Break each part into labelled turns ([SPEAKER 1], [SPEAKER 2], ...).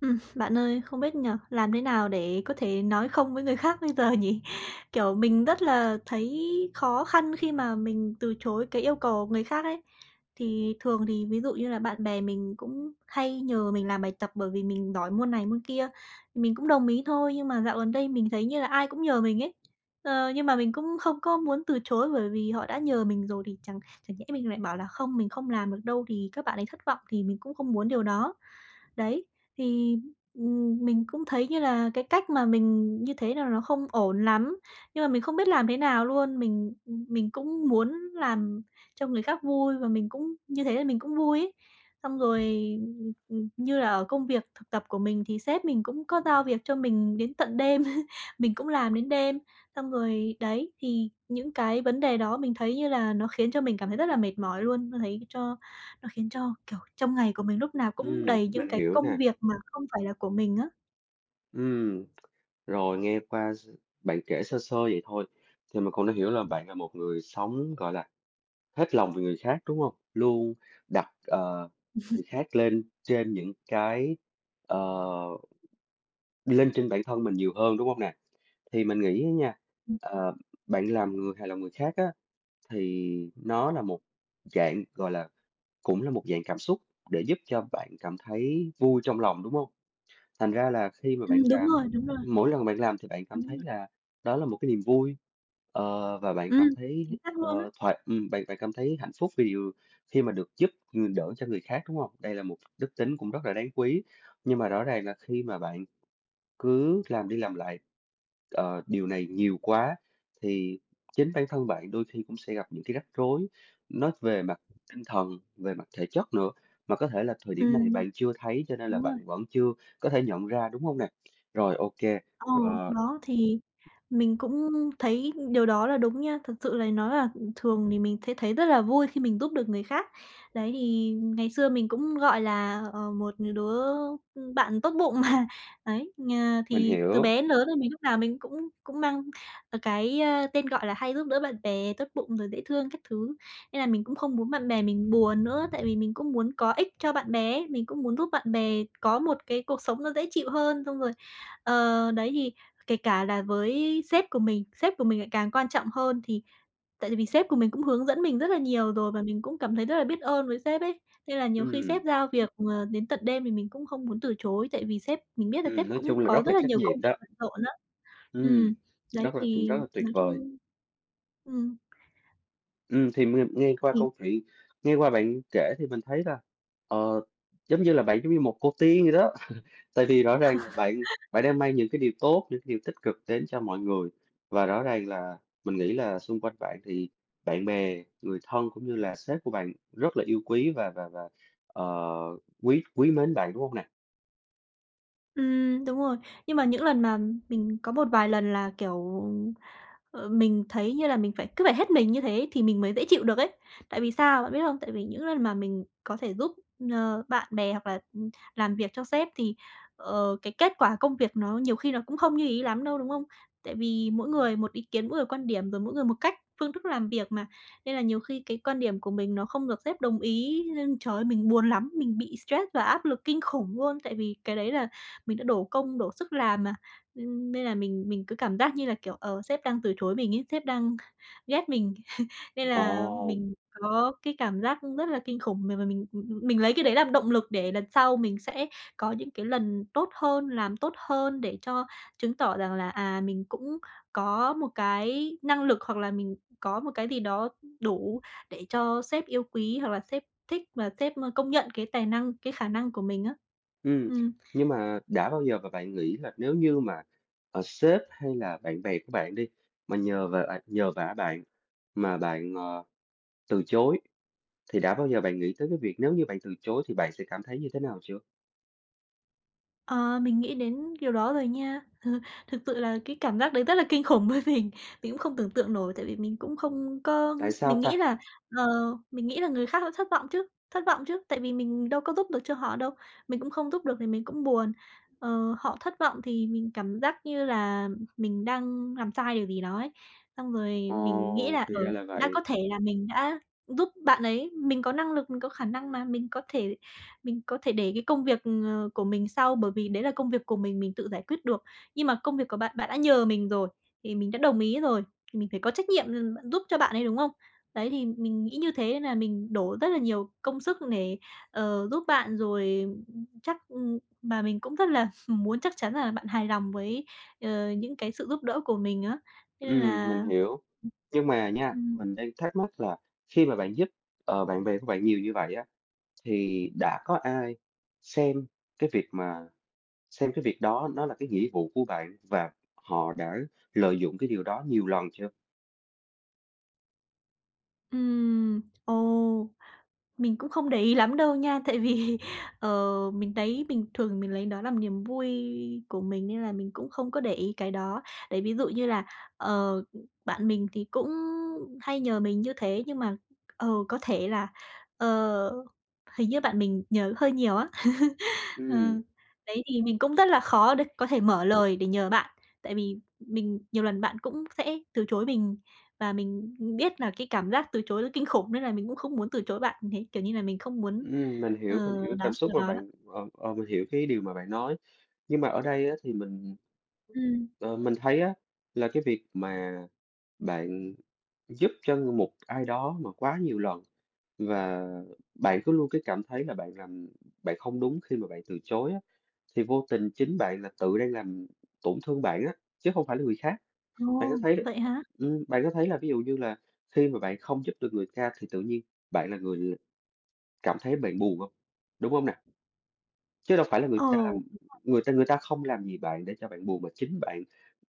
[SPEAKER 1] Bạn ơi, không biết nhỉ, làm thế nào để có thể nói không với người khác bây giờ nhỉ? Kiểu, mình rất là thấy khó khăn khi mà mình từ chối cái yêu cầu của người khác ấy. Thì thường thì ví dụ như là bạn bè mình cũng hay nhờ mình làm bài tập bởi vì mình đòi môn này môn kia, thì mình cũng đồng ý thôi, nhưng mà dạo gần đây mình thấy như là ai cũng nhờ mình ấy. Ờ, nhưng mà mình cũng không có muốn từ chối bởi vì họ đã nhờ mình rồi thì chẳng chẳng nhẽ mình lại bảo là "Không, mình không làm được đâu" thì các bạn ấy thất vọng thì mình cũng không muốn điều đó. Đấy, thì, mình cũng thấy như là cái cách mà mình như thế là nó không ổn lắm, nhưng mà mình không biết làm thế nào luôn. Mình cũng muốn làm cho người khác vui và mình cũng như thế là mình cũng vui ấy. Xong rồi, như là ở công việc thực tập của mình thì sếp mình cũng có giao việc cho mình đến tận đêm, mình cũng làm đến đêm. Xong rồi đấy, thì những cái vấn đề đó mình thấy như là nó khiến cho mình cảm thấy rất là mệt mỏi luôn, nó khiến cho, kiểu, trong ngày của mình lúc nào cũng đầy những
[SPEAKER 2] Mình
[SPEAKER 1] cái
[SPEAKER 2] hiểu
[SPEAKER 1] công
[SPEAKER 2] nè.
[SPEAKER 1] việc mà không phải là của mình á.
[SPEAKER 2] Ừm, rồi nghe qua bạn kể sơ sơ vậy thôi thì mình cũng đã hiểu là bạn là một người sống, gọi là, hết lòng vì người khác, đúng không? Luôn đặt, người khác lên trên những cái, ờ, lên trên bản thân mình nhiều hơn, đúng không nè? Thì mình nghĩ á nha,
[SPEAKER 1] Ừm,
[SPEAKER 2] ờ, bạn làm người hài lòng người khác á, thì nó là một dạng, gọi là, cũng là một dạng cảm xúc để giúp cho bạn cảm thấy vui trong lòng, đúng không? Thành ra là khi mà
[SPEAKER 1] ừm,
[SPEAKER 2] bạn
[SPEAKER 1] đúng
[SPEAKER 2] làm,
[SPEAKER 1] rồi, đúng rồi,
[SPEAKER 2] mỗi lần bạn làm thì bạn cảm
[SPEAKER 1] đúng
[SPEAKER 2] thấy
[SPEAKER 1] rồi.
[SPEAKER 2] là đó là một cái niềm vui, và bạn
[SPEAKER 1] Ừm,
[SPEAKER 2] cảm thấy,
[SPEAKER 1] chính xác luôn á.
[SPEAKER 2] ờ, thoải bạn bạn cảm thấy hạnh phúc vì điều khi mà được giúp, đỡ cho người khác, đúng không? Đây là một đức tính cũng rất là đáng quý. Nhưng mà rõ ràng là khi mà bạn cứ làm đi làm lại, điều này nhiều quá thì chính bản thân bạn đôi khi cũng sẽ gặp những cái rắc rối nói về mặt tinh thần, về mặt thể chất nữa, mà có thể là thời điểm này
[SPEAKER 1] Ừm,
[SPEAKER 2] bạn chưa thấy cho nên là
[SPEAKER 1] đúng rồi.
[SPEAKER 2] bạn vẫn chưa có thể nhận ra, đúng không nè? Rồi, ok.
[SPEAKER 1] Ờ,
[SPEAKER 2] ờ,
[SPEAKER 1] đó, thì mình cũng thấy điều đó là đúng nha. Thật sự là nó là thường thì mình thấy thấy rất là vui khi mình giúp được người khác. Đấy, thì ngày xưa mình cũng, gọi là, một đứa, bạn tốt bụng mà. Đấy,
[SPEAKER 2] mình
[SPEAKER 1] thì từ
[SPEAKER 2] hiểu.
[SPEAKER 1] bé đến lớn là mình lúc nào mình cũng cũng mang, cái, tên gọi là hay giúp đỡ bạn bè, tốt bụng rồi dễ thương các thứ. Nên là mình cũng không muốn bạn bè mình buồn nữa, tại vì mình cũng muốn có ích cho bạn bè ấy, mình cũng muốn giúp bạn bè có một cái cuộc sống nó dễ chịu hơn, xong rồi. Ờ, đấy, thì kể cả là với sếp của mình lại càng quan trọng hơn thì tại vì sếp của mình cũng hướng dẫn mình rất là nhiều rồi và mình cũng cảm thấy rất là biết ơn với sếp ấy. Nên là nhiều khi sếp
[SPEAKER 2] Ừm,
[SPEAKER 1] giao việc, đến tận đêm thì mình cũng không muốn từ chối, tại vì sếp mình biết là sếp
[SPEAKER 2] nói
[SPEAKER 1] cũng
[SPEAKER 2] chung là rất
[SPEAKER 1] có rất
[SPEAKER 2] là
[SPEAKER 1] là
[SPEAKER 2] trách
[SPEAKER 1] nhiều công
[SPEAKER 2] nhiệm
[SPEAKER 1] việc
[SPEAKER 2] đó.
[SPEAKER 1] bận rộn á.
[SPEAKER 2] Ừm,
[SPEAKER 1] Ừ, đấy,
[SPEAKER 2] Rất là
[SPEAKER 1] thì
[SPEAKER 2] rất là tuyệt
[SPEAKER 1] nói
[SPEAKER 2] vời.
[SPEAKER 1] chung ừm.
[SPEAKER 2] Thì mình nghe qua câu chuyện nghe qua bạn kể thì mình thấy là, ờ, giống như là bạn giống như một cô tiên vậy đó. Tại vì rõ ràng là bạn bạn đang mang những cái điều tốt, những cái điều tích cực đến cho mọi người. Và rõ ràng là mình nghĩ là xung quanh bạn thì bạn bè, người thân cũng như là sếp của bạn rất là yêu quý và, ờ, quý quý mến bạn, đúng không nè?
[SPEAKER 1] Đúng rồi. Nhưng mà những lần mà mình có một vài lần là, kiểu, mình thấy như là mình phải cứ phải hết mình như thế thì mình mới dễ chịu được ấy. Tại vì sao, bạn biết không? Tại vì những lần mà mình có thể giúp, bạn bè hoặc là, làm việc cho sếp thì, cái kết quả công việc nó nhiều khi nó cũng không như ý lắm đâu, đúng không? Tại vì mỗi người một ý kiến, mỗi người quan điểm, rồi mỗi người một cách, phương thức làm việc mà, nên là nhiều khi cái quan điểm của mình nó không được sếp đồng ý nên, trời ơi, mình buồn lắm, mình bị stress và áp lực kinh khủng luôn. Tại vì cái đấy là mình đã đổ công đổ sức làm mà, nên là mình cứ cảm giác như là, kiểu, sếp đang từ chối mình ấy, sếp đang ghét mình, nên là
[SPEAKER 2] Ồ,
[SPEAKER 1] mình có cái cảm giác rất là kinh khủng. Mình lấy cái đấy làm động lực để lần sau mình sẽ có những cái lần tốt hơn, làm tốt hơn để cho chứng tỏ rằng là, à, mình cũng có một cái năng lực hoặc là mình có một cái gì đó đủ để cho sếp yêu quý hoặc là sếp thích và sếp, công nhận cái tài năng, cái khả năng của mình á.
[SPEAKER 2] ừm,
[SPEAKER 1] Ừm.
[SPEAKER 2] nhưng mà đã bao giờ mà bạn nghĩ là nếu như mà, sếp hay là bạn bè của bạn đi, mà nhờ vả à, nhờ vả bạn mà bạn, từ chối, thì đã bao giờ bạn nghĩ tới cái việc nếu như bạn từ chối thì bạn sẽ cảm thấy như thế nào chưa?
[SPEAKER 1] Ờ, mình nghĩ đến điều đó rồi nha. Thực sự là cái cảm giác đấy rất là kinh khủng với mình. Mình cũng không tưởng tượng nổi, tại vì mình cũng không có
[SPEAKER 2] Tại sao
[SPEAKER 1] mình nghĩ
[SPEAKER 2] ta?
[SPEAKER 1] là, ờ, mình nghĩ là người khác sẽ thất vọng chứ, tại vì mình đâu có giúp được cho họ đâu, mình cũng không giúp được thì mình cũng buồn. Ờ, họ thất vọng thì mình cảm giác như là mình đang làm sai điều gì đó ấy. Xong rồi mình nghĩ
[SPEAKER 2] Ồ,
[SPEAKER 1] là,
[SPEAKER 2] thì ra là
[SPEAKER 1] đã
[SPEAKER 2] vậy.
[SPEAKER 1] có thể là mình đã giúp bạn ấy, mình có năng lực, mình có khả năng mà, mình có thể để cái công việc, của mình sau, bởi vì đấy là công việc của mình tự giải quyết được. Nhưng mà công việc của bạn, bạn đã nhờ mình rồi, thì mình đã đồng ý rồi, thì mình phải có trách nhiệm, giúp cho bạn ấy, đúng không? Đấy, thì mình nghĩ như thế nên là mình đổ rất là nhiều công sức để, giúp bạn rồi chắc mà mình cũng rất là muốn chắc chắn là bạn hài lòng với, những cái sự giúp đỡ của mình á. Thế nên
[SPEAKER 2] Mình
[SPEAKER 1] là
[SPEAKER 2] hiểu. Nhưng mà nha,
[SPEAKER 1] ừm.
[SPEAKER 2] mình đang thắc mắc là khi mà bạn giúp, bạn bè của bạn nhiều như vậy á, thì đã có ai xem cái việc mà xem cái việc đó nó là cái nghĩa vụ của bạn và họ đã lợi dụng cái điều đó nhiều lần chưa?
[SPEAKER 1] Ừm, ồ. Mình cũng không để ý lắm đâu nha, tại vì, mình thấy bình thường mình lấy đó làm niềm vui của mình nên là mình cũng không có để ý cái đó. Đấy, ví dụ như là, ờ, bạn mình thì cũng hay nhờ mình như thế nhưng mà, có thể là, ờ, hình như bạn mình nhờ hơi nhiều á. Ờ,
[SPEAKER 2] Ừm,
[SPEAKER 1] đấy, thì mình cũng rất là khó để có thể mở lời để nhờ bạn, tại vì mình nhiều lần bạn cũng sẽ từ chối mình và mình biết là cái cảm giác từ chối nó kinh khủng nên là mình cũng không muốn từ chối bạn thế, kiểu như là, mình không muốn.
[SPEAKER 2] mình hiểu, mình hiểu cái cảm
[SPEAKER 1] Đó,
[SPEAKER 2] xúc
[SPEAKER 1] kiểu
[SPEAKER 2] mà
[SPEAKER 1] đó đó.
[SPEAKER 2] bạn mình hiểu cái điều mà bạn nói. Nhưng mà ở đây á, thì mình,
[SPEAKER 1] Ừm.
[SPEAKER 2] ờ, mình thấy á, là cái việc mà bạn giúp cho một ai đó mà quá nhiều lần. Và bạn cứ luôn cái cảm thấy là bạn làm bạn không đúng khi mà bạn từ chối á, thì vô tình chính bạn là tự đang làm tổn thương bạn á, chứ không phải là người khác. Bạn
[SPEAKER 1] Ồ,
[SPEAKER 2] có thấy
[SPEAKER 1] vậy hả?
[SPEAKER 2] bạn có thấy là ví dụ như là khi mà bạn không giúp được người ta thì tự nhiên bạn là người cảm thấy bạn buồn không? Đúng không nè? Chứ đâu phải là người ta
[SPEAKER 1] Ồ,
[SPEAKER 2] làm người ta không làm gì bạn để cho bạn buồn, mà chính bạn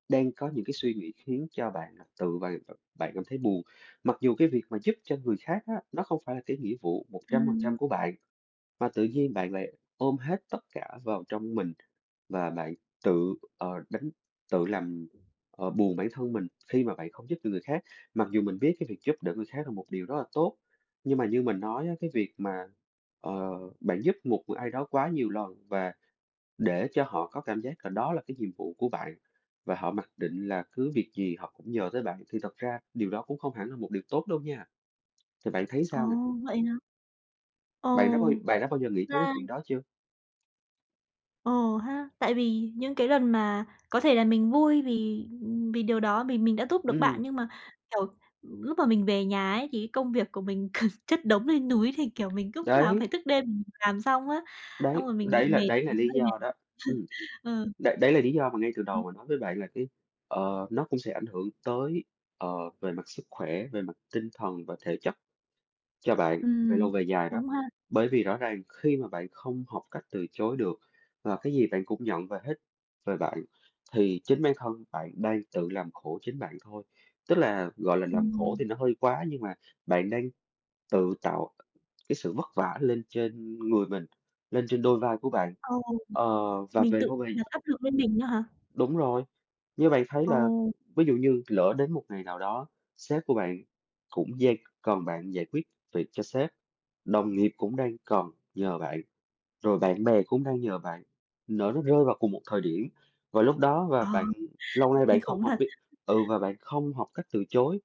[SPEAKER 2] đang có những cái suy nghĩ khiến cho bạn là tự bạn bạn cảm thấy buồn. Mặc dù cái việc mà giúp cho người khác á, nó không phải là cái nghĩa vụ 100%
[SPEAKER 1] ừm,
[SPEAKER 2] của bạn, mà tự nhiên bạn lại ôm hết tất cả vào trong mình và bạn tự, ờ, đánh tự làm, buồn bản thân mình khi mà bạn không giúp được người khác. Mặc dù mình biết cái việc giúp đỡ người khác là một điều rất là tốt, nhưng mà như mình nói á, cái việc mà, ờ, bạn giúp một người ai đó quá nhiều lần và để cho họ có cảm giác là đó là cái nhiệm vụ của bạn và họ mặc định là cứ việc gì họ cũng nhờ tới bạn, thì thật ra điều đó cũng không hẳn là một điều tốt đâu nha. Thì bạn thấy
[SPEAKER 1] ồ,
[SPEAKER 2] sao nè?
[SPEAKER 1] vậy hả? Ồ,
[SPEAKER 2] Bạn đã bao giờ nghĩ
[SPEAKER 1] ra
[SPEAKER 2] tới cái chuyện đó chưa?
[SPEAKER 1] Ồ ha, tại vì những cái lần mà có thể là mình vui vì vì điều đó, vì mình đã giúp được bạn,
[SPEAKER 2] Ừm,
[SPEAKER 1] nhưng mà, kiểu, lúc mà mình về nhà ấy, thì cái công việc của mình cứ chất đống lên núi thì, kiểu, mình lúc nào cũng
[SPEAKER 2] Đấy.
[SPEAKER 1] phải thức đêm mình làm xong á, xong
[SPEAKER 2] Đấy,
[SPEAKER 1] rồi mình bị
[SPEAKER 2] đấy là
[SPEAKER 1] mệt,
[SPEAKER 2] lý
[SPEAKER 1] hơi
[SPEAKER 2] do đó.
[SPEAKER 1] mệt.
[SPEAKER 2] Ừm,
[SPEAKER 1] Ừ,
[SPEAKER 2] đấy Đấy là lý do mà ngay từ đầu mình nói với bạn là cái, nó cũng sẽ ảnh hưởng tới, về mặt sức khỏe, về mặt tinh thần và thể chất cho bạn về lâu
[SPEAKER 1] ừm,
[SPEAKER 2] về dài đó.
[SPEAKER 1] đúng ha.
[SPEAKER 2] Bởi vì rõ ràng khi mà bạn không học cách từ chối được và cái gì bạn cũng nhận về hết về bạn, thì chính bản thân bạn đang tự làm khổ chính bạn thôi. Tức là, gọi là, làm khổ
[SPEAKER 1] Ừm,
[SPEAKER 2] thì nó hơi quá nhưng mà bạn đang tự tạo cái sự vất vả lên trên người mình, lên trên đôi vai của bạn.
[SPEAKER 1] ồ,
[SPEAKER 2] Ờ, và
[SPEAKER 1] mình
[SPEAKER 2] về
[SPEAKER 1] tự
[SPEAKER 2] lâu hobby
[SPEAKER 1] đặt áp lực lên mình nữa hả?
[SPEAKER 2] đúng rồi, như bạn thấy
[SPEAKER 1] Ồ,
[SPEAKER 2] là ví dụ như lỡ đến một ngày nào đó, sếp của bạn cũng dang cần bạn giải quyết việc cho sếp, đồng nghiệp cũng đang cần nhờ bạn rồi bạn bè cũng đang nhờ bạn, nó rơi vào cùng một thời điểm và lúc đó và
[SPEAKER 1] ờ,
[SPEAKER 2] bạn lâu nay bạn
[SPEAKER 1] kinh
[SPEAKER 2] không
[SPEAKER 1] khủng
[SPEAKER 2] học
[SPEAKER 1] thật.
[SPEAKER 2] biết ừ, và bạn không học cách từ chối,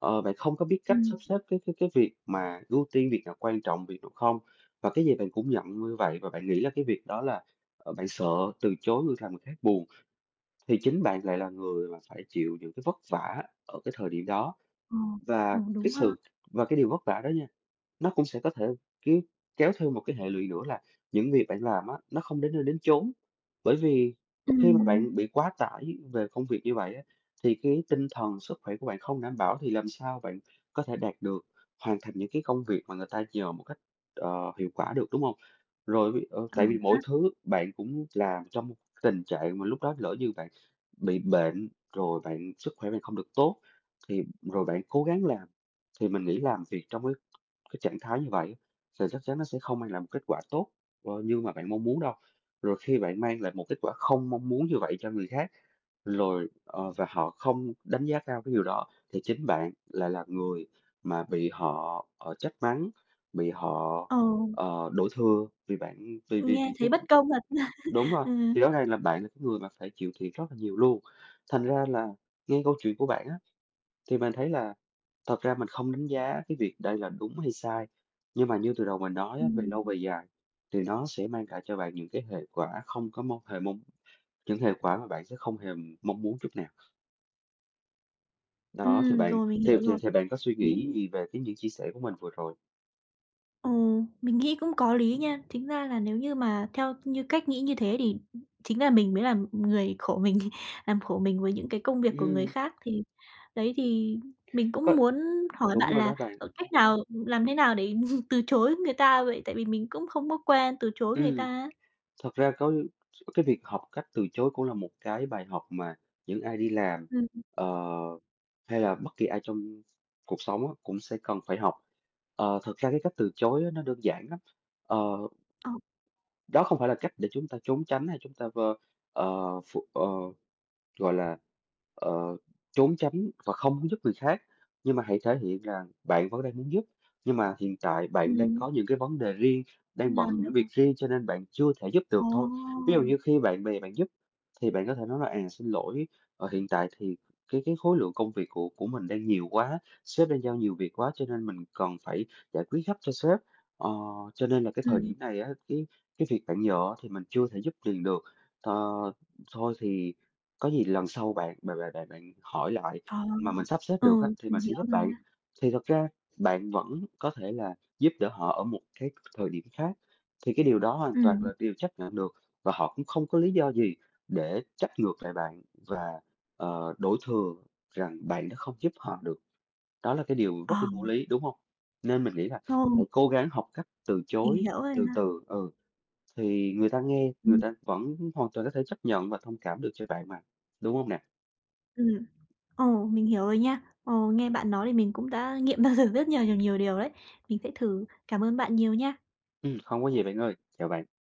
[SPEAKER 2] bạn không có biết cách
[SPEAKER 1] Ừm,
[SPEAKER 2] sắp xếp cái việc mà ưu tiên việc nào quan trọng, việc nào không. Và cái gì bạn cũng nhận như vậy và bạn nghĩ là cái việc đó là, bạn sợ từ chối người làm người khác buồn, thì chính bạn lại là người mà phải chịu những cái vất vả ở cái thời điểm đó.
[SPEAKER 1] ờ, ờ,
[SPEAKER 2] Và cái
[SPEAKER 1] đúng ha.
[SPEAKER 2] sự và cái điều vất vả đó nha nó cũng sẽ có thể, cái kéo theo một cái hệ lụy nữa là những việc bạn làm á, nó không đến nơi đến chốn. Bởi vì khi mà
[SPEAKER 1] Ừm,
[SPEAKER 2] bạn bị quá tải về công việc như vậy á, thì cái tinh thần, sức khỏe của bạn không đảm bảo thì làm sao bạn có thể đạt được, hoàn thành những cái công việc mà người ta nhờ một cách, hiệu quả được, đúng không?
[SPEAKER 1] ờ
[SPEAKER 2] Tại vì mỗi
[SPEAKER 1] ha,
[SPEAKER 2] thứ bạn cũng làm trong một tình trạng mà lúc đó lỡ như bạn bị bệnh, rồi bạn sức khỏe bạn không được tốt, thì rồi bạn cố gắng làm, thì mình nghĩ làm việc trong cái trạng thái như vậy thì chắc chắn nó sẽ không mang lại một kết quả tốt, như mà bạn mong muốn đâu. Rồi khi bạn mang lại một kết quả không mong muốn như vậy cho người khác, rồi, và họ không đánh giá cao cái điều đó, thì chính bạn lại là người mà bị họ, trách mắng, bị họ,
[SPEAKER 1] ờ,
[SPEAKER 2] đổ thừa vì bạn vì vì
[SPEAKER 1] nghe
[SPEAKER 2] vì cái
[SPEAKER 1] thấy bất công thật.
[SPEAKER 2] đúng rồi,
[SPEAKER 1] Ừ,
[SPEAKER 2] thì rõ ràng là bạn là cái người mà phải chịu thiệt rất là nhiều luôn. Thành ra là nghe câu chuyện của bạn á thì mình thấy là thật ra mình không đánh giá cái việc đây là đúng hay sai, nhưng mà như từ đầu mình nói á, về
[SPEAKER 1] ừm.
[SPEAKER 2] lâu về dài thì nó sẽ mang lại cho bạn những cái hệ quả không có mong hề mong những hệ quả mà bạn sẽ không hề mong muốn chút nào. Đó, thì bạn
[SPEAKER 1] Rồi, mình
[SPEAKER 2] thì
[SPEAKER 1] hiểu
[SPEAKER 2] thì
[SPEAKER 1] rồi.
[SPEAKER 2] thì bạn có suy nghĩ
[SPEAKER 1] Nghĩ
[SPEAKER 2] gì về cái những chia sẻ của mình vừa rồi?
[SPEAKER 1] ừ, mình nghĩ cũng có lý nha. Chính ra là nếu như mà theo như cách nghĩ như thế thì chính là mình mới làm người khổ mình, làm khổ mình với những cái công việc của người
[SPEAKER 2] Ừm,
[SPEAKER 1] khác. Thì đấy, thì mình cũng
[SPEAKER 2] có
[SPEAKER 1] muốn hỏi
[SPEAKER 2] đúng
[SPEAKER 1] bạn
[SPEAKER 2] rồi
[SPEAKER 1] là,
[SPEAKER 2] đó bạn.
[SPEAKER 1] cách nào làm thế nào để từ chối người ta vậy? Tại vì mình cũng không có quen từ chối người ta
[SPEAKER 2] Ừm.
[SPEAKER 1] á.
[SPEAKER 2] Thật ra có cái việc học cách từ chối cũng là một cái bài học mà những ai đi làm,
[SPEAKER 1] Ừm,
[SPEAKER 2] ờ, hay là bất kỳ ai trong cuộc sống á, cũng sẽ cần phải học. Ờ, thật ra cái cách từ chối á, nó đơn giản lắm. Ờ,
[SPEAKER 1] ờ,
[SPEAKER 2] Đó không phải là cách để chúng ta trốn tránh hay chúng ta, vơ ờ, ờ, gọi là, ờ, trốn tránh và không muốn giúp người khác, nhưng mà hãy thể hiện rằng bạn vẫn đang muốn giúp, nhưng mà hiện tại bạn đang
[SPEAKER 1] ừm,
[SPEAKER 2] có những cái vấn đề riêng, đang
[SPEAKER 1] không
[SPEAKER 2] bận
[SPEAKER 1] làm được
[SPEAKER 2] những
[SPEAKER 1] hả?
[SPEAKER 2] việc riêng cho nên bạn chưa thể giúp được
[SPEAKER 1] Ồ!
[SPEAKER 2] thôi. Ví dụ như khi bạn bè bạn giúp thì bạn có thể nói là "À, xin lỗi, hiện tại thì cái khối lượng công việc của mình đang nhiều quá, sếp đang giao nhiều việc quá cho nên mình cần phải giải quyết gấp cho sếp. Ờ, cho nên là cái thời điểm
[SPEAKER 1] Ừm,
[SPEAKER 2] này á, cái việc bạn nhờ á thì mình chưa thể giúp liền được. Ờ, thôi thì có gì lần sau bạn bạn bạn bạn bạn hỏi lại
[SPEAKER 1] ờ,
[SPEAKER 2] mà mình sắp xếp
[SPEAKER 1] ừ,
[SPEAKER 2] được á, thì mình
[SPEAKER 1] mình
[SPEAKER 2] sẽ
[SPEAKER 1] hiểu
[SPEAKER 2] giúp
[SPEAKER 1] rồi
[SPEAKER 2] bạn."
[SPEAKER 1] ha.
[SPEAKER 2] Thì thật ra bạn vẫn có thể là giúp đỡ họ ở một cái thời điểm khác, thì cái điều đó hoàn toàn
[SPEAKER 1] ừ,
[SPEAKER 2] là điều chấp nhận được và họ cũng không có lý do gì để trách ngược lại bạn và, đổ thừa rằng bạn đã không giúp họ được. Đó là cái điều
[SPEAKER 1] ờ,
[SPEAKER 2] rất là vô lý, đúng không? Nên mình nghĩ là
[SPEAKER 1] Ồ,
[SPEAKER 2] hãy cố gắng học cách từ
[SPEAKER 1] mình
[SPEAKER 2] chối
[SPEAKER 1] hiểu rồi
[SPEAKER 2] từ
[SPEAKER 1] ha.
[SPEAKER 2] từ, ừ, thì người ta nghe, người ta vẫn hoàn toàn có thể chấp nhận và thông cảm được cho bạn mà, đúng không nè?
[SPEAKER 1] Ừm, ồ, mình hiểu rồi nha. Ồ, nghe bạn nói thì mình cũng đã nghiệm bao giờ rất nhiều nhiều nhiều điều đấy. Mình sẽ thử. Cảm ơn bạn nhiều nha.
[SPEAKER 2] Không có gì bạn ơi. Chào bạn.